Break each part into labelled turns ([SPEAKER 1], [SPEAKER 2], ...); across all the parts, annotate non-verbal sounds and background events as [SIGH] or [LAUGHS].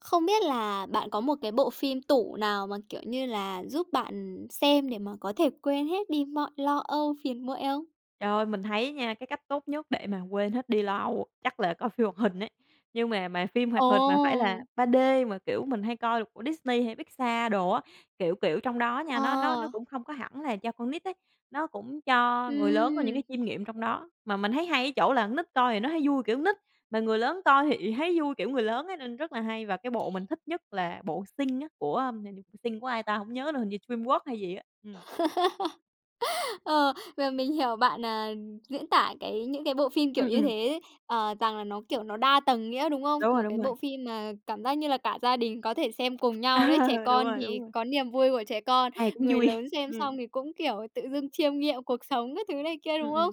[SPEAKER 1] Không biết là bạn có một cái bộ phim tủ nào mà, kiểu như là, giúp bạn xem để mà có thể quên hết đi mọi lo âu, phiền muộn không?
[SPEAKER 2] Trời ơi, mình thấy nha, cái cách tốt nhất để mà quên hết đi lo âu chắc là coi phim hoạt hình ấy. Nhưng mà phim hoạt
[SPEAKER 1] Ồ!
[SPEAKER 2] hình mà phải là ba d mà, kiểu, mình hay coi được của Disney hay Pixar đồ á, kiểu kiểu, trong đó nha,
[SPEAKER 1] Ờ,
[SPEAKER 2] nó cũng không có hẳn là cho con nít ấy, nó cũng cho người lớn có những
[SPEAKER 1] ừm,
[SPEAKER 2] cái chiêm nghiệm trong đó. Mà mình thấy hay ở chỗ là con nít coi thì nó thấy vui kiểu nít, mà người lớn coi thì thấy vui kiểu người lớn ấy, nên rất là hay. Và cái bộ mình thích nhất là bộ Sing á, của, hình như Sing của ai ta không nhớ nữa, hình như DreamWorks hay gì á. Ừm.
[SPEAKER 1] [LAUGHS] ờ, và mình hiểu bạn, diễn tả cái những cái bộ phim kiểu
[SPEAKER 2] Ừm,
[SPEAKER 1] như
[SPEAKER 2] ừm.
[SPEAKER 1] thế, rằng là nó, kiểu, nó đa tầng nghĩa, đúng không?
[SPEAKER 2] Đúng rồi,
[SPEAKER 1] Một cái
[SPEAKER 2] đúng rồi.
[SPEAKER 1] bộ phim mà cảm giác như là cả gia đình có thể xem cùng nhau đấy, trẻ
[SPEAKER 2] [LAUGHS] Đúng
[SPEAKER 1] con
[SPEAKER 2] rồi, đúng
[SPEAKER 1] thì
[SPEAKER 2] rồi.
[SPEAKER 1] có niềm vui của trẻ con,
[SPEAKER 2] Ai cũng
[SPEAKER 1] người
[SPEAKER 2] vui.
[SPEAKER 1] lớn xem
[SPEAKER 2] Ừm,
[SPEAKER 1] xong thì cũng, kiểu, tự dưng chiêm nghiệm cuộc sống các thứ này kia,
[SPEAKER 2] ừm,
[SPEAKER 1] đúng không?
[SPEAKER 2] ừm.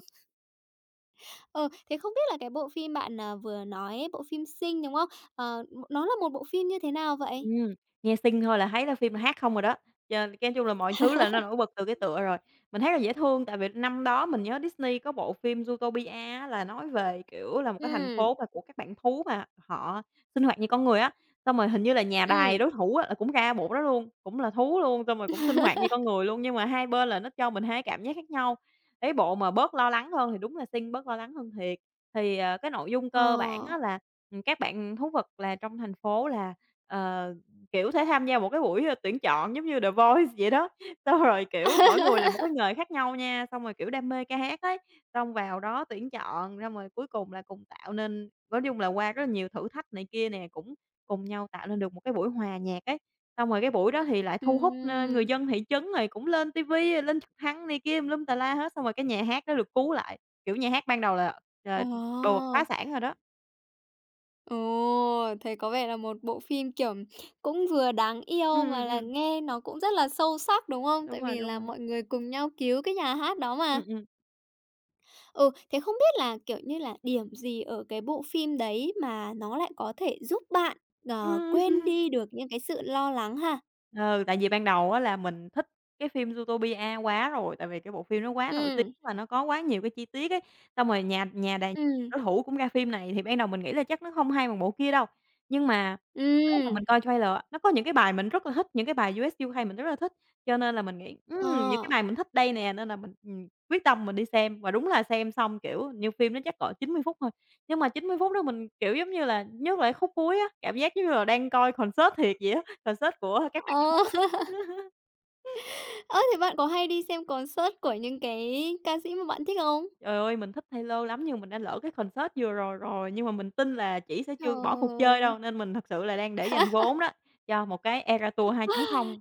[SPEAKER 1] Ờ, thế không biết là cái bộ phim bạn, vừa nói ấy, bộ phim Sing, đúng không? Ờ, nó là một bộ phim như thế nào vậy?
[SPEAKER 2] Ừm, Nghe xinh thôi là thấy là phim là hát không rồi đó, cho cái nói chung là mọi thứ là nó nổi bật từ cái tựa rồi. Mình thấy là dễ thương tại vì năm đó mình nhớ Disney có bộ phim Zootopia á, là nói về, kiểu, là một cái thành
[SPEAKER 1] Ừm,
[SPEAKER 2] phố mà của các bạn thú mà họ sinh hoạt như con người á, xong rồi hình như là nhà đài
[SPEAKER 1] ừm.
[SPEAKER 2] đối thủ á là cũng ra bộ đó luôn, cũng là thú luôn, xong rồi cũng sinh hoạt như con người luôn, nhưng mà hai bên là nó cho mình hai cảm giác khác nhau. Cái bộ mà bớt lo lắng hơn thì đúng là xinh, bớt lo lắng hơn thiệt. Thì, cái nội dung
[SPEAKER 1] Ờ.
[SPEAKER 2] cơ bản á là, các bạn thú vật là trong thành phố là, ờ kiểu, thể tham gia một cái buổi, tuyển chọn giống như The Voice vậy đó, [LAUGHS] xong rồi, kiểu, mỗi
[SPEAKER 1] [LAUGHS]
[SPEAKER 2] người là một cái nghề khác nhau nha, xong rồi, kiểu, đam mê ca hát ấy, xong vào đó tuyển chọn, xong rồi cuối cùng là cùng tạo nên nói chung là qua rất là nhiều thử thách này kia nè, cũng cùng nhau tạo nên được một cái buổi hòa nhạc ấy. Xong rồi cái buổi đó thì lại thu hút, người
[SPEAKER 1] Ừm,
[SPEAKER 2] dân thị trấn rồi cũng lên ti vi, rồi lên trực thăng này kia tùm lum tà la hết, xong rồi cái nhà hát đó được cứu lại, kiểu, nhà hát ban đầu là,
[SPEAKER 1] ờ,
[SPEAKER 2] đồ phá sản rồi đó.
[SPEAKER 1] ồ, thấy có vẻ là một bộ phim, kiểu, cũng vừa đáng
[SPEAKER 2] Ừm,
[SPEAKER 1] yêu mà
[SPEAKER 2] ừm,
[SPEAKER 1] là
[SPEAKER 2] ừm,
[SPEAKER 1] nghe nó cũng rất là sâu sắc, đúng không?
[SPEAKER 2] đúng
[SPEAKER 1] Tại
[SPEAKER 2] rồi,
[SPEAKER 1] vì
[SPEAKER 2] đúng
[SPEAKER 1] là
[SPEAKER 2] rồi.
[SPEAKER 1] mọi người cùng nhau cứu cái nhà hát đó mà.
[SPEAKER 2] Ừm, ừm.
[SPEAKER 1] Ừ, thế không biết là, kiểu như là, điểm gì ở cái bộ phim đấy mà nó lại có thể giúp bạn,
[SPEAKER 2] [LAUGHS]
[SPEAKER 1] quên
[SPEAKER 2] Ừm.
[SPEAKER 1] đi được những cái sự lo lắng ha?
[SPEAKER 2] Ừ, tại vì ban đầu á là mình thích cái phim Zootopia quá rồi, tại vì cái bộ phim nó quá nổi tiếng
[SPEAKER 1] Ừm.
[SPEAKER 2] và nó có quá nhiều cái chi tiết ấy. Xong rồi nhà nhà đài
[SPEAKER 1] Ừm,
[SPEAKER 2] đối thủ cũng ra phim này thì ban đầu mình nghĩ là chắc nó không hay bằng bộ kia đâu. Nhưng mà cái lúc mà
[SPEAKER 1] ừm.
[SPEAKER 2] mình coi trailer á, nó có những cái bài mình rất là thích, những cái bài US UK mình rất là thích, cho nên là mình nghĩ, những cái
[SPEAKER 1] Ờ.
[SPEAKER 2] bài mình thích đây nè, nên là mình, quyết tâm mình đi xem. Và đúng là xem xong, kiểu như, phim nó chắc cỡ 90 phút thôi, nhưng mà 90 phút đó mình, kiểu, giống như là, nhất là cái khúc cuối á, cảm giác giống như là đang coi concert thiệt vậy á. Concert của các bạn
[SPEAKER 1] Ờ,
[SPEAKER 2] đó. [LAUGHS]
[SPEAKER 1] thế bạn có hay đi xem concert của những cái ca sĩ mà bạn thích không?
[SPEAKER 2] Trời ơi, mình thích Taylor lắm nhưng mình đã lỡ cái concert vừa rồi rồi, nhưng mà mình tin là chị sẽ chưa bỏ cuộc
[SPEAKER 1] Trời.
[SPEAKER 2] chơi đâu, nên mình thật sự là đang để dành vốn đó, cho một cái Eras Tour 2.0.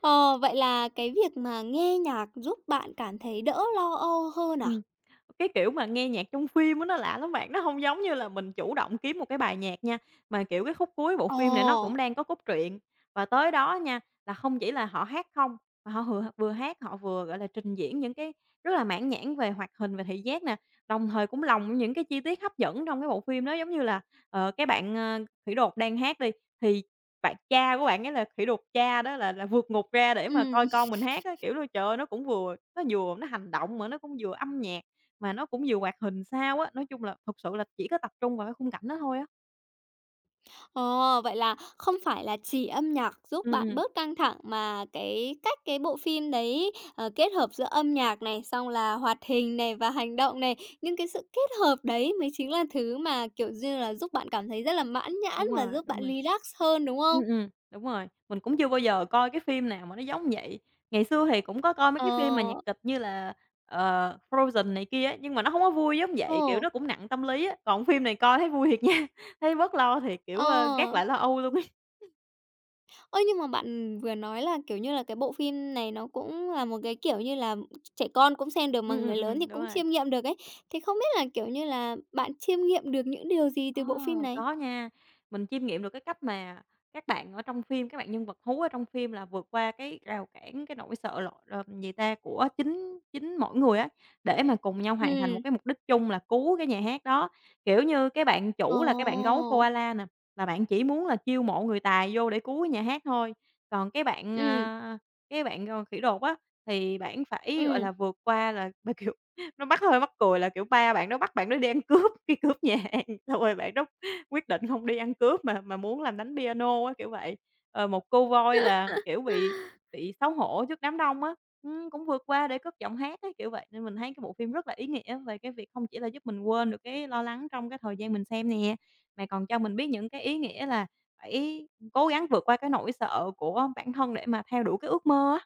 [SPEAKER 1] Ờ, vậy là cái việc mà nghe nhạc giúp bạn cảm thấy đỡ lo âu hơn à?
[SPEAKER 2] Ừm, cái kiểu mà nghe nhạc trong phim á nó lạ lắm bạn, nó hông giống như là mình chủ động kiếm một cái bài nhạc nha, mà, kiểu, cái khúc cuối bộ phim này nó
[SPEAKER 1] Ồ.
[SPEAKER 2] cũng đang có cốt truyện. Và tới đó nha, là không chỉ là họ hát không, mà họ vừa hát họ vừa, gọi là, trình diễn những cái rất là mãn nhãn về hoạt hình và thị giác nè, đồng thời cũng lồng những cái chi tiết hấp dẫn trong cái bộ phim đó. Giống như là, cái bạn, thủy đột đang hát đi thì bạn cha của bạn ấy là, kiểu, được cha đó là vượt ngục ra để mà coi
[SPEAKER 1] Ừm.
[SPEAKER 2] con mình hát á, kiểu là, trời ơi, nó cũng vừa nó hành động mà nó cũng vừa âm nhạc, mà nó cũng vừa hoạt hình sao á. Nói chung là thực sự là chỉ có tập trung vào cái khung cảnh đó thôi á.
[SPEAKER 1] Ờ, vậy là không phải là chỉ âm nhạc giúp
[SPEAKER 2] Ừm,
[SPEAKER 1] bạn
[SPEAKER 2] ừm,
[SPEAKER 1] bớt căng thẳng mà cái cách cái bộ phim đấy, kết hợp giữa âm nhạc này, xong là hoạt hình này và hành động này, nhưng cái sự kết hợp đấy mới chính là thứ mà, kiểu như là, giúp bạn cảm thấy rất là mãn nhãn
[SPEAKER 2] đúng
[SPEAKER 1] và
[SPEAKER 2] rồi,
[SPEAKER 1] giúp
[SPEAKER 2] đúng
[SPEAKER 1] bạn
[SPEAKER 2] rồi.
[SPEAKER 1] relax hơn, đúng không?
[SPEAKER 2] Đúng rồi. Mình cũng chưa bao giờ coi cái phim nào mà nó giống vậy. Ngày xưa thì cũng có coi mấy
[SPEAKER 1] Ờ,
[SPEAKER 2] cái phim mà nhạc kịch như là, Frozen này kia á, nhưng mà nó không có vui giống vậy, kiểu,
[SPEAKER 1] ừ,
[SPEAKER 2] nó cũng nặng tâm lý á. Còn phim này coi thấy vui thiệt nha, [LAUGHS] thấy bớt lo thiệt, kiểu,
[SPEAKER 1] ờ.
[SPEAKER 2] gác lại lo âu luôn ấy.
[SPEAKER 1] Ơ, nhưng mà bạn vừa nói là, kiểu như là, cái bộ phim này nó cũng là một cái, kiểu như là, trẻ con cũng xem được mà người lớn thì
[SPEAKER 2] [LAUGHS] Đúng
[SPEAKER 1] cũng
[SPEAKER 2] rồi.
[SPEAKER 1] chiêm nghiệm được ấy. Thì không biết là, kiểu như là, bạn chiêm nghiệm được những điều gì
[SPEAKER 2] Ờ,
[SPEAKER 1] từ bộ phim này?
[SPEAKER 2] có nha. Mình chiêm nghiệm được cái cách mà các bạn ở trong phim, các bạn nhân vật hú ở trong phim là vượt qua cái rào cản, cái nỗi sợ lỗi gì ta, của chính chính mỗi người á, để mà cùng nhau hoàn thành một
[SPEAKER 1] Ừm,
[SPEAKER 2] cái mục đích chung là cứu cái nhà hát đó. Kiểu như, cái bạn
[SPEAKER 1] ồ,
[SPEAKER 2] chủ là cái bạn gấu koala nè, là bạn chỉ muốn là chiêu mộ người tài vô để cứu cái nhà hát thôi, còn
[SPEAKER 1] ừm,
[SPEAKER 2] cái bạn, khỉ đột á, thì bạn phải, gọi
[SPEAKER 1] ừm.
[SPEAKER 2] là, vượt qua là, [LAUGHS] kiểu, nó hơi mắc cười là, kiểu, ba bạn đó bắt bạn đó đi ăn cướp, [LAUGHS] đi cướp nhà hàng, xong rồi bạn đó quyết định hông đi ăn cướp mà muốn làm đánh piano á, kiểu vậy. Ờ, một cô Voi là, kiểu, bị xấu hổ trước đám đông á, cũng vượt qua để cất giọng hát á, kiểu vậy. Nên mình thấy cái bộ phim rất là ý nghĩa về cái việc hông chỉ là giúp mình quên được cái lo lắng trong cái thời gian mình xem nè, mà còn cho mình biết những cái ý nghĩa là phải cố gắng vượt qua cái nỗi sợ của bản thân để mà theo đuổi cái ước mơ á.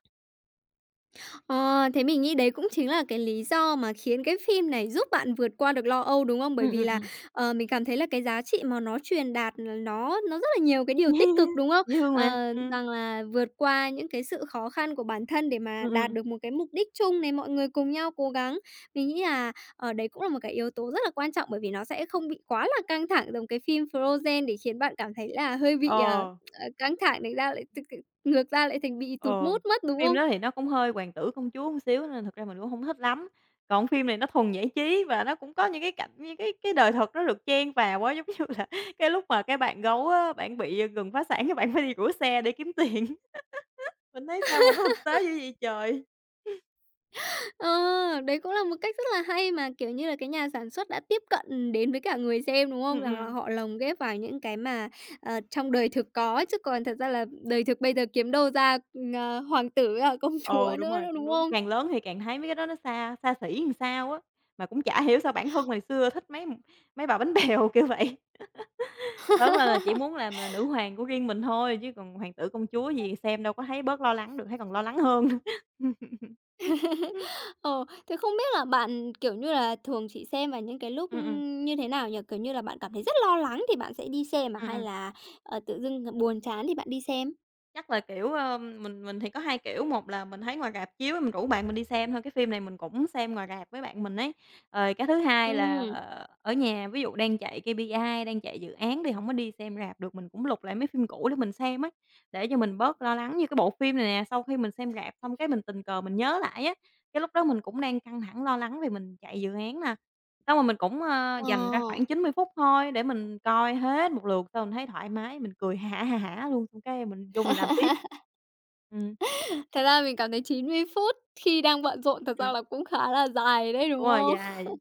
[SPEAKER 1] Ờ, thế mình nghĩ đấy cũng chính là cái lý do mà khiến cái phim này giúp bạn vượt qua được lo âu, đúng không? Bởi
[SPEAKER 2] Ừm, ừm,
[SPEAKER 1] vì là,
[SPEAKER 2] ừm.
[SPEAKER 1] mình cảm thấy là cái giá trị mà nó truyền đạt là nó rất là nhiều cái
[SPEAKER 2] [LAUGHS]
[SPEAKER 1] điều tích
[SPEAKER 2] Yeah.
[SPEAKER 1] cực, đúng không?
[SPEAKER 2] Dễ thương mà,
[SPEAKER 1] Ờ, rằng là vượt qua những cái sự khó khăn của bản thân để mà
[SPEAKER 2] ừm,
[SPEAKER 1] đạt
[SPEAKER 2] ừm,
[SPEAKER 1] được một cái mục đích chung này, mọi người cùng nhau cố gắng. Mình nghĩ là, ở đấy cũng là một cái yếu tố rất là quan trọng, bởi vì nó sẽ không bị quá là căng thẳng giống cái phim Frozen để khiến bạn cảm thấy là hơi bị,
[SPEAKER 2] ờ.
[SPEAKER 1] căng thẳng, thành ra lại t t ngược ra lại thành bị tụt
[SPEAKER 2] Ờ,
[SPEAKER 1] mood mất, đúng
[SPEAKER 2] phim
[SPEAKER 1] không?
[SPEAKER 2] đó thì nó cũng hơi hoàng tử công chúa một xíu nên thực ra mình cũng hông thích lắm. Còn phim này nó thuần giải trí và nó cũng có những cái cảnh những cái đời thật nó được chen vào á, [LAUGHS] giống như là cái lúc mà cái bạn gấu á, bạn bị, gần phá sản cái bạn phải đi rửa xe để kiếm tiền. [LAUGHS] Mình thấy sao mà nó thực tế dữ vậy trời.
[SPEAKER 1] Ờ, đấy cũng là một cách rất là hay mà, kiểu như là, cái nhà sản xuất đã tiếp cận đến với cả người xem, đúng không?
[SPEAKER 2] Ừm,
[SPEAKER 1] Rằng là
[SPEAKER 2] ừm.
[SPEAKER 1] họ lồng ghép vào những cái mà, trong đời thực có, chứ còn thật ra là đời thực bây giờ kiếm đâu ra, hoàng tử với cả công [LAUGHS] chúa
[SPEAKER 2] Ừ, đúng
[SPEAKER 1] nữa
[SPEAKER 2] rồi,
[SPEAKER 1] đâu,
[SPEAKER 2] cũng
[SPEAKER 1] đúng
[SPEAKER 2] đúng.
[SPEAKER 1] không?
[SPEAKER 2] Càng lớn thì càng thấy mấy cái đó nó xa xa xỉ làm sao á, mà cũng chả hiểu sao bản thân hồi xưa thích mấy mấy bà bánh bèo [LAUGHS] kiểu vậy. Lớn lên là chỉ muốn
[SPEAKER 1] [LAUGHS]
[SPEAKER 2] làm là nữ hoàng của riêng mình thôi, chứ còn hoàng tử công chúa gì xem đâu có thấy bớt lo lắng được, thấy còn lo lắng hơn. [LAUGHS]
[SPEAKER 1] Ờ, thế không biết là bạn, kiểu như là, thường chỉ xem vào những cái lúc,
[SPEAKER 2] Ừm.
[SPEAKER 1] như thế nào nhỉ? Kiểu như là, bạn cảm thấy rất lo lắng thì bạn sẽ đi xem mà
[SPEAKER 2] Ừm,
[SPEAKER 1] hay
[SPEAKER 2] ừm.
[SPEAKER 1] là, tự dưng, buồn chán thì bạn đi xem?
[SPEAKER 2] Chắc là, kiểu, mình thì có 2 kiểu, một là mình thấy ngoài rạp chiếu mình rủ bạn mình đi xem thôi, cái phim này mình cũng xem ngoài rạp với bạn mình ấy. Rồi cái thứ hai là,
[SPEAKER 1] Ừ.
[SPEAKER 2] ở nhà ví dụ đang chạy KPI, đang chạy dự án thì không có đi xem rạp được, mình cũng lục lại mấy phim cũ để mình xem ấy, để cho mình bớt lo lắng. Như cái bộ phim này nè, sau khi mình xem rạp xong cái mình tình cờ mình nhớ lại á, cái lúc đó mình cũng đang căng thẳng lo lắng vì mình chạy dự án nè. Xong rồi mình cũng,
[SPEAKER 1] Ờ.
[SPEAKER 2] dành ra khoảng 90 phút thôi để mình coi hết một lượt, xong mình thấy thoải mái, mình cười hả hả hả luôn, xong cái mình vô mình làm tiếp. Ừm,
[SPEAKER 1] Thật ra mình cảm thấy 90 phút khi đang bận rộn thật ra
[SPEAKER 2] ừm,
[SPEAKER 1] là cũng khá là dài đấy,
[SPEAKER 2] đúng
[SPEAKER 1] đúng
[SPEAKER 2] rồi,
[SPEAKER 1] không?
[SPEAKER 2] dài.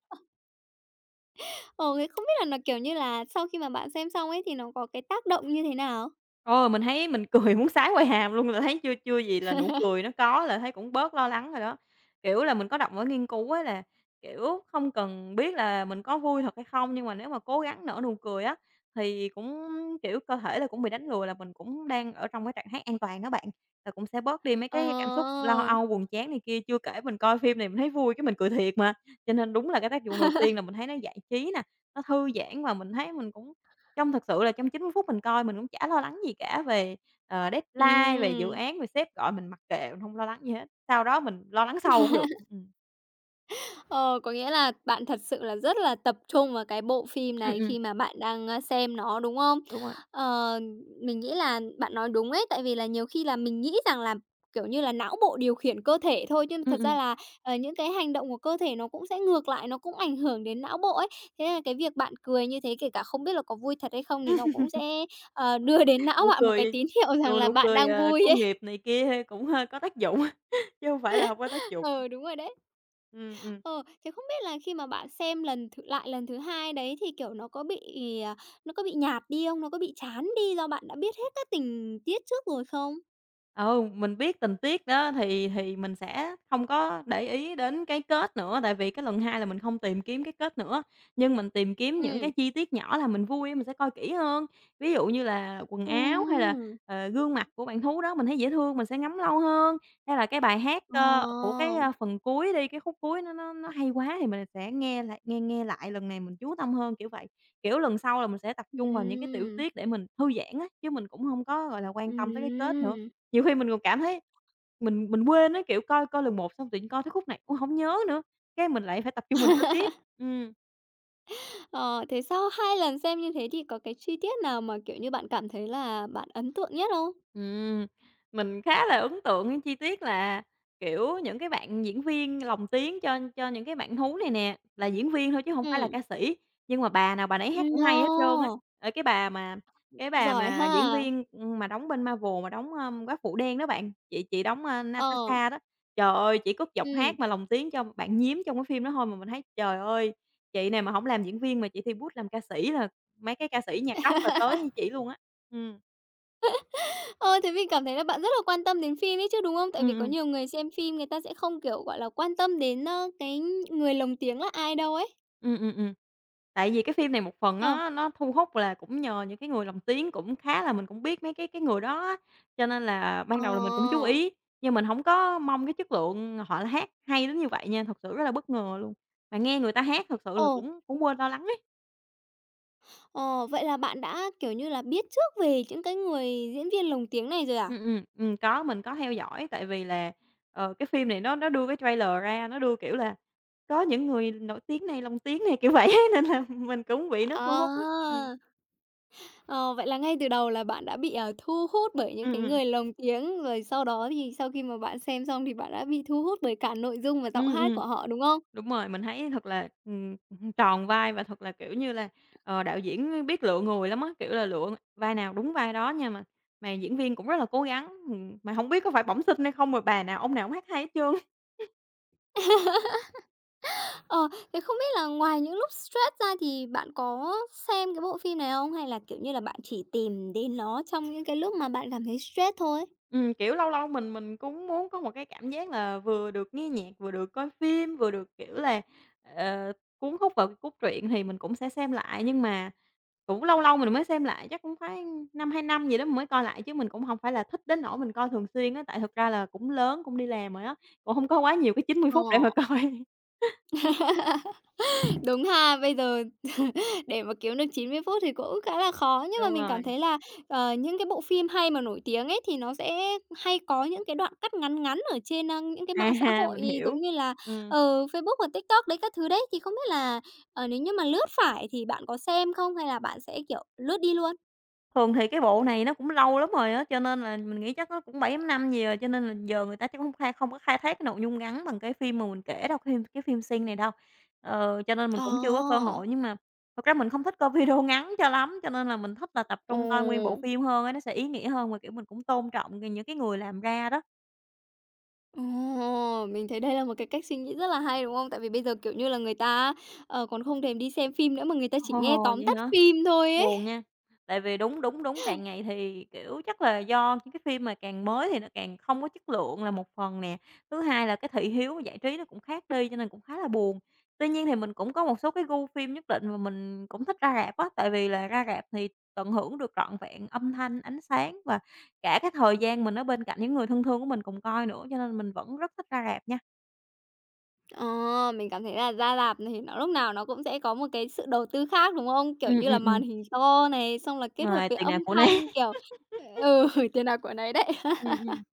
[SPEAKER 1] Ờ, thế không biết là nó, kiểu như là, sau khi mà bạn xem xong ấy thì nó có cái tác động như thế nào?
[SPEAKER 2] Ôi mình thấy mình cười muốn sái quai hàm luôn, là thấy chưa chưa gì là nụ cười nó có là thấy cũng bớt lo lắng rồi đó. Kiểu là, mình có đọc một nghiên cứu á là, kiểu, không cần biết là mình có vui thật hay không, nhưng mà nếu mà cố gắng nở nụ cười á, thì cũng, kiểu, cơ thể là cũng bị đánh lừa là mình cũng đang ở trong cái trạng thái an toàn đó bạn, là cũng sẽ bớt đi mấy
[SPEAKER 1] Ờ,
[SPEAKER 2] cái cảm xúc lo âu, buồn chán này kia. Chưa kể mình coi phim này mình thấy vui cái mình cười thiệt mà, cho nên đúng là cái tác dụng đầu tiên là mình thấy nó giải trí nè, nó thư giãn và mình thấy mình cũng trong thực sự là trong 90 phút mình coi mình cũng chả lo lắng gì cả về, deadline, về dự
[SPEAKER 1] ừm.
[SPEAKER 2] án, về sếp gọi mình mặc kệ, mình hông lo lắng gì hết. Sau đó mình lo lắng sau cũng được. Ừm.
[SPEAKER 1] Ờ, có nghĩa là bạn thật sự là rất là tập trung vào cái bộ phim
[SPEAKER 2] Ừm,
[SPEAKER 1] này
[SPEAKER 2] ừm.
[SPEAKER 1] khi mà bạn đang, xem nó, đúng không?
[SPEAKER 2] Đúng rồi.
[SPEAKER 1] Ờ, mình nghĩ là bạn nói đúng ấy, tại vì là nhiều khi là mình nghĩ rằng là, kiểu như là, não bộ điều khiển cơ thể thôi, chứ
[SPEAKER 2] Ừm,
[SPEAKER 1] thật ra
[SPEAKER 2] ừm.
[SPEAKER 1] là, những cái hành động của cơ thể nó cũng sẽ ngược lại, nó cũng ảnh hưởng đến não bộ ấy. Thế là cái việc bạn cười như thế, kể cả không biết là có vui thật hay không thì nó cũng sẽ, đưa đến não
[SPEAKER 2] Nụ
[SPEAKER 1] bạn một cái
[SPEAKER 2] cười
[SPEAKER 1] tín hiệu [LAUGHS] rằng
[SPEAKER 2] nụ
[SPEAKER 1] là
[SPEAKER 2] nụ
[SPEAKER 1] bạn
[SPEAKER 2] cười,
[SPEAKER 1] đang
[SPEAKER 2] ờ,
[SPEAKER 1] vui
[SPEAKER 2] công
[SPEAKER 1] ấy.
[SPEAKER 2] nghiệp này kia cũng, có tác dụng, [LAUGHS] chứ hông phải là hông có tác
[SPEAKER 1] [LAUGHS]
[SPEAKER 2] dụng.
[SPEAKER 1] Ờ, đúng rồi đấy.
[SPEAKER 2] Ừm, ừm.
[SPEAKER 1] Ờ, thế không biết là khi mà bạn xem lần th lại lần thứ hai đấy thì, kiểu, à, nó có bị nhạt đi không? Nó có bị chán đi do bạn đã biết hết các tình tiết trước rồi không?
[SPEAKER 2] Ừ, mình biết tình tiết đó thì mình sẽ không có để ý đến cái kết nữa, tại vì cái lần hai là mình không tìm kiếm cái kết nữa, nhưng mình tìm kiếm những cái
[SPEAKER 1] Ừm.
[SPEAKER 2] chi tiết nhỏ là mình vui mình sẽ coi kỹ hơn. Ví dụ như là quần áo hay là,
[SPEAKER 1] Ừm,
[SPEAKER 2] gương mặt của bạn thú đó mình thấy dễ thương mình sẽ ngắm lâu hơn, hay là cái bài hát, của
[SPEAKER 1] ờ,
[SPEAKER 2] cái, phần cuối đi, cái khúc cuối nó hay quá thì mình sẽ nghe lại nghe nghe lại lần này mình chú tâm hơn, kiểu vậy. Kiểu, lần sau là mình sẽ tập trung vào những cái tiểu
[SPEAKER 1] ừm,
[SPEAKER 2] tiết để mình thư giãn á, chứ mình cũng không có, gọi là, quan tâm tới cái kết nữa.
[SPEAKER 1] ừm.
[SPEAKER 2] Nhiều khi mình còn cảm thấy mình quên á, kiểu, coi coi lần một xong tự nhiên coi tới khúc này, cũng hổng nhớ nữa, cái mình lại phải tập trung mình coi tiếp. Ừm.
[SPEAKER 1] Ờ, thế sau 2 lần xem như thế thì có cái chi tiết nào mà, kiểu như, bạn cảm thấy là bạn ấn tượng nhất không?
[SPEAKER 2] Ừm, mình khá là ấn tượng những chi tiết là, kiểu, những cái bạn diễn viên lồng tiếng cho những cái bạn hú này nè, là diễn viên thôi chứ không phải là
[SPEAKER 1] Ừm.
[SPEAKER 2] ca sĩ, nhưng mà bà nào bà nấy hát cũng
[SPEAKER 1] Ồ,
[SPEAKER 2] hay hết trơn á. Ờ, cái bà mà cái bà
[SPEAKER 1] giỏi
[SPEAKER 2] mà diễn
[SPEAKER 1] ha!
[SPEAKER 2] viên, mà đóng bên Marvel mà đóng, Góa Phụ Đen đó bạn, chị đóng,
[SPEAKER 1] Ờ,
[SPEAKER 2] Natasha đó, trời ơi, chỉ có giọng
[SPEAKER 1] ừm.
[SPEAKER 2] hát mà lồng tiếng cho bạn nhím trong cái phim đó thôi mà mình thấy, trời ơi, chị này mà không làm diễn viên mà chị thi bút làm ca sĩ là mấy cái ca sĩ nhạc rock là tới như chỉ luôn á. Ừm,
[SPEAKER 1] Ờ, thế mình cảm thấy là bạn rất là quan tâm đến phim ấy chứ, đúng không? Tại
[SPEAKER 2] ừm,
[SPEAKER 1] vì có
[SPEAKER 2] ừm,
[SPEAKER 1] nhiều người xem phim người ta sẽ không, kiểu, gọi là, quan tâm đến, cái người lồng tiếng là ai đâu ấy.
[SPEAKER 2] ừm, ừm, ừm. Tại vì cái phim này một phần
[SPEAKER 1] Ờ,
[SPEAKER 2] nó thu hút là cũng nhờ những cái người lồng tiếng cũng khá là mình cũng biết mấy cái người đó á, cho nên là ban đầu là mình cũng chú
[SPEAKER 1] ờ,
[SPEAKER 2] ý, nhưng mình hổng có mong cái chất lượng họ hát hay đến như vậy nha, thật sự rất là bất ngờ luôn. Mà nghe người ta hát thật sự là
[SPEAKER 1] ồ,
[SPEAKER 2] cũng cũng quên lo lắng ấy.
[SPEAKER 1] ờ, vậy là bạn đã, kiểu như là, biết trước về những cái người diễn viên lồng tiếng này rồi à?
[SPEAKER 2] Có, mình có theo dõi tại vì là, cái phim này nó đưa cái trailer ra, nó đưa, kiểu là, có những người nổi tiếng này lồng tiếng này, kiểu vậy á, [LAUGHS] nên là mình cũng bị nó thu hút á. Ừm,
[SPEAKER 1] À, ờ, vậy là ngay từ đầu là bạn đã bị, thu hút bởi những
[SPEAKER 2] ừm,
[SPEAKER 1] cái
[SPEAKER 2] ừm.
[SPEAKER 1] người lồng tiếng, rồi sau đó thì sau khi mà bạn xem xong thì bạn đã bị thu hút bởi cả nội dung và giọng
[SPEAKER 2] Ừm,
[SPEAKER 1] hát
[SPEAKER 2] ừm.
[SPEAKER 1] của họ, đúng không?
[SPEAKER 2] Đúng rồi, mình thấy thật là, [LAUGHS] tròn vai và thật là, kiểu như là, đạo diễn biết lựa người lắm á, kiểu là, lựa vai nào đúng vai đó nha, mà diễn viên cũng rất là cố gắng, mà không biết có phải bẩm sinh hay không mà bà nào ông nào cũng hát hay hết trơn.
[SPEAKER 1] Ờ, thế không biết là ngoài những lúc stress ra thì bạn có xem cái bộ phim này không? Hay là, kiểu như là, bạn chỉ tìm đến nó trong những cái lúc mà bạn cảm thấy stress thôi?
[SPEAKER 2] Kiểu, lâu lâu mình cũng muốn có một cái cảm giác là vừa được nghe nhạc, vừa được coi phim, vừa được, kiểu là, ờ, cuốn hút vào cái cốt truyện thì mình cũng sẽ xem lại, nhưng mà cũng lâu lâu mình mới xem lại, chắc cũng phải năm hai năm gì đó mình mới coi lại, chứ mình cũng không phải là thích đến nỗi mình coi thường xuyên á, tại thực ra là cũng lớn, cũng đi làm rồi á, cũng không có quá nhiều cái chín mươi
[SPEAKER 1] Ờ,
[SPEAKER 2] phút để mà coi. [LAUGHS]
[SPEAKER 1] [LAUGHS] đúng ha. Bây giờ [LAUGHS] để mà kiếm được 90 phút thì cũng khá là khó, nhưng mà
[SPEAKER 2] Đúng
[SPEAKER 1] mình cảm
[SPEAKER 2] rồi,
[SPEAKER 1] thấy là, những cái bộ phim hay mà nổi tiếng ấy thì nó sẽ hay có những cái đoạn cắt ngắn ngắn ở trên, những cái
[SPEAKER 2] à
[SPEAKER 1] mạng xã
[SPEAKER 2] ha,
[SPEAKER 1] hội
[SPEAKER 2] mình
[SPEAKER 1] giống
[SPEAKER 2] hiểu.
[SPEAKER 1] như là,
[SPEAKER 2] Ừm.
[SPEAKER 1] Facebook và TikTok đấy, các thứ đấy. Thì không biết là, nếu như mà lướt phải thì bạn có xem không hay là bạn sẽ, kiểu, lướt đi luôn?
[SPEAKER 2] Thường thì cái bộ này nó cũng lâu lắm rồi á, cho nên là mình nghĩ chắc nó cũng bảy 8 năm gì rồi, cho nên là giờ người ta chắc không có khai thác cái nội dung ngắn bằng cái phim mà mình kể đâu, cái phim Sing này đâu. Ờ, cho nên mình cũng chưa có cơ
[SPEAKER 1] Ờ,
[SPEAKER 2] hội, nhưng mà thật ra mình không thích coi [LAUGHS] video ngắn cho lắm, cho nên là mình thích là tập
[SPEAKER 1] ồ,
[SPEAKER 2] trung coi nguyên bộ phim hơn á, nó sẽ ý nghĩa hơn và, kiểu, mình cũng tôn trọng những cái người làm ra đó.
[SPEAKER 1] ồ, mình thấy đây là một cái cách suy nghĩ rất là hay, đúng không? Tại vì bây giờ, kiểu như là, người ta còn không thèm đi xem phim nữa mà người ta chỉ nghe
[SPEAKER 2] Ồ,
[SPEAKER 1] tóm
[SPEAKER 2] vậy
[SPEAKER 1] tắt
[SPEAKER 2] hả?
[SPEAKER 1] phim thôi ấy.
[SPEAKER 2] Buồn nha, tại vì đúng, đúng, đúng, càng ngày thì, kiểu, chắc là do những cái phim mà càng mới thì nó càng không có chất lượng là một phần nè, thứ hai là cái thị hiếu giải trí nó cũng khác đi cho nên cũng khá là buồn. Tuy nhiên thì mình cũng có một số cái gu phim nhất định mà mình cũng thích ra rạp á, tại vì là ra rạp thì tận hưởng được trọn vẹn âm thanh, ánh sáng và cả cái thời gian mình ở bên cạnh những người thân thương của mình cùng coi nữa, cho nên mình vẫn rất thích ra rạp nha.
[SPEAKER 1] Ờ, mình cảm thấy là ra rạp thì nó lúc nào nó cũng sẽ có một cái sự đầu tư khác, đúng không? Kiểu
[SPEAKER 2] Ừm,
[SPEAKER 1] như
[SPEAKER 2] ừm,
[SPEAKER 1] là màn
[SPEAKER 2] ừm,
[SPEAKER 1] hình to này, xong là kết hợp
[SPEAKER 2] rồi
[SPEAKER 1] với
[SPEAKER 2] tiền nào
[SPEAKER 1] âm
[SPEAKER 2] của nấy.
[SPEAKER 1] thanh, kiểu ừ, [LAUGHS] tiền nào của nấy đấy.
[SPEAKER 2] Ừm, ừm.
[SPEAKER 1] [LAUGHS]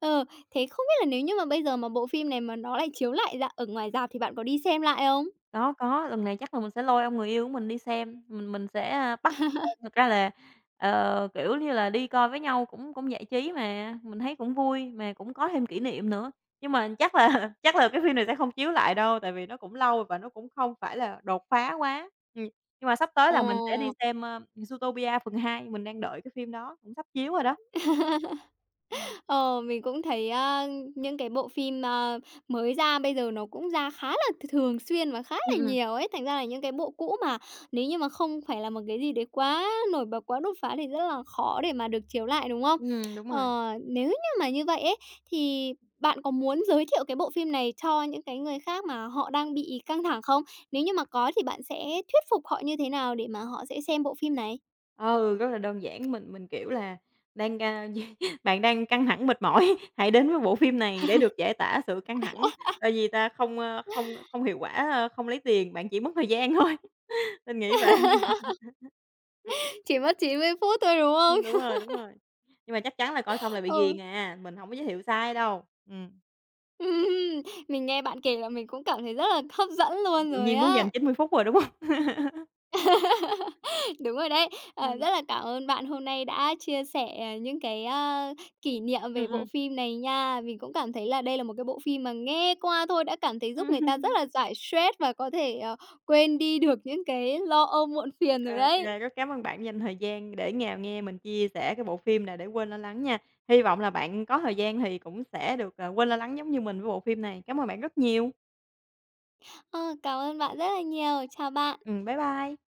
[SPEAKER 1] Ờ, thế không biết là nếu như mà bây giờ mà bộ phim này mà nó lại chiếu lại ra ở ngoài rạp thì bạn có đi xem lại không?
[SPEAKER 2] Có, lần này chắc là mình sẽ lôi ông người yêu của mình đi xem, mình sẽ, bắt [UNINTELLIGIBLE] Thực ra là, kiểu như là, đi coi với nhau cũng cũng giải trí mà, mình thấy cũng vui, mà cũng có thêm kỷ niệm nữa. Nhưng mà chắc là [LAUGHS] chắc là cái phim này sẽ không chiếu lại đâu, tại vì nó cũng lâu và nó cũng không phải là đột phá quá. Nhưng mà sắp tới
[SPEAKER 1] Ờ.
[SPEAKER 2] là mình sẽ đi xem, Zootopia phần 2 mình đang đợi cái phim đó, cũng sắp chiếu rồi đó. Ừm,
[SPEAKER 1] Ờ, mình cũng thấy, những cái bộ phim, mới ra bây giờ nó cũng ra khá là thường xuyên và khá
[SPEAKER 2] ừm,
[SPEAKER 1] là
[SPEAKER 2] ừm,
[SPEAKER 1] nhiều ấy. Thành ra là những cái bộ cũ mà nếu như mà không phải là một cái gì đấy quá nổi bật, quá đột phá thì rất là khó để mà được chiếu lại, đúng không?
[SPEAKER 2] đúng rồi.
[SPEAKER 1] Ờ, nếu như mà như vậy ấy, thì bạn có muốn giới thiệu cái bộ phim này cho những cái người khác mà họ đang bị căng thẳng không? Nếu như mà có thì bạn sẽ thuyết phục họ như thế nào để mà họ sẽ xem bộ phim này?
[SPEAKER 2] Ừ, rất là đơn giản, mình, kiểu là, đang, [LAUGHS] bạn đang căng thẳng mệt mỏi, [LAUGHS] hãy đến với bộ phim này để được giải tỏa sự căng thẳng, tại vì ta không, không hiệu quả, không lấy tiền, bạn chỉ mất thời gian thôi, [LAUGHS] mình nghĩ vậy. [LAUGHS]
[SPEAKER 1] [LAUGHS] Chỉ mất 90 phút thôi, đúng không?
[SPEAKER 2] Đúng rồi, nhưng mà chắc chắn là coi xong là
[SPEAKER 1] [LAUGHS]
[SPEAKER 2] bị ghiền
[SPEAKER 1] Ừ.
[SPEAKER 2] à, mình không có giới thiệu sai đâu.
[SPEAKER 1] Ừm, mình nghe bạn kể là mình cũng cảm thấy rất là [LAUGHS] hấp dẫn luôn
[SPEAKER 2] Tự
[SPEAKER 1] rồi
[SPEAKER 2] nhiên muốn dành
[SPEAKER 1] á.
[SPEAKER 2] 90 phút rồi, đúng không? [LAUGHS]
[SPEAKER 1] [LAUGHS] Đúng rồi đấy. Ờ,
[SPEAKER 2] Ừm,
[SPEAKER 1] rất là cảm ơn bạn hôm nay đã chia sẻ những cái, kỷ niệm về bộ
[SPEAKER 2] ừm.
[SPEAKER 1] phim này nha. Mình cũng cảm thấy là đây là một cái bộ phim mà nghe qua thôi đã cảm thấy giúp người
[SPEAKER 2] Ừm.
[SPEAKER 1] ta rất là giải stress và có thể, quên đi được những cái lo âu muộn phiền rồi đấy.
[SPEAKER 2] Ô, rất cám ơn bạn dành thời gian để ngào nghe mình chia sẻ cái bộ phim này để quên lo lắng nha. Hy vọng là bạn có thời gian thì cũng sẽ được, quên lo lắng giống như mình với bộ phim này. Cảm ơn bạn rất nhiều.
[SPEAKER 1] Ờ, cảm ơn bạn rất là nhiều. Chào bạn.
[SPEAKER 2] Bye bye.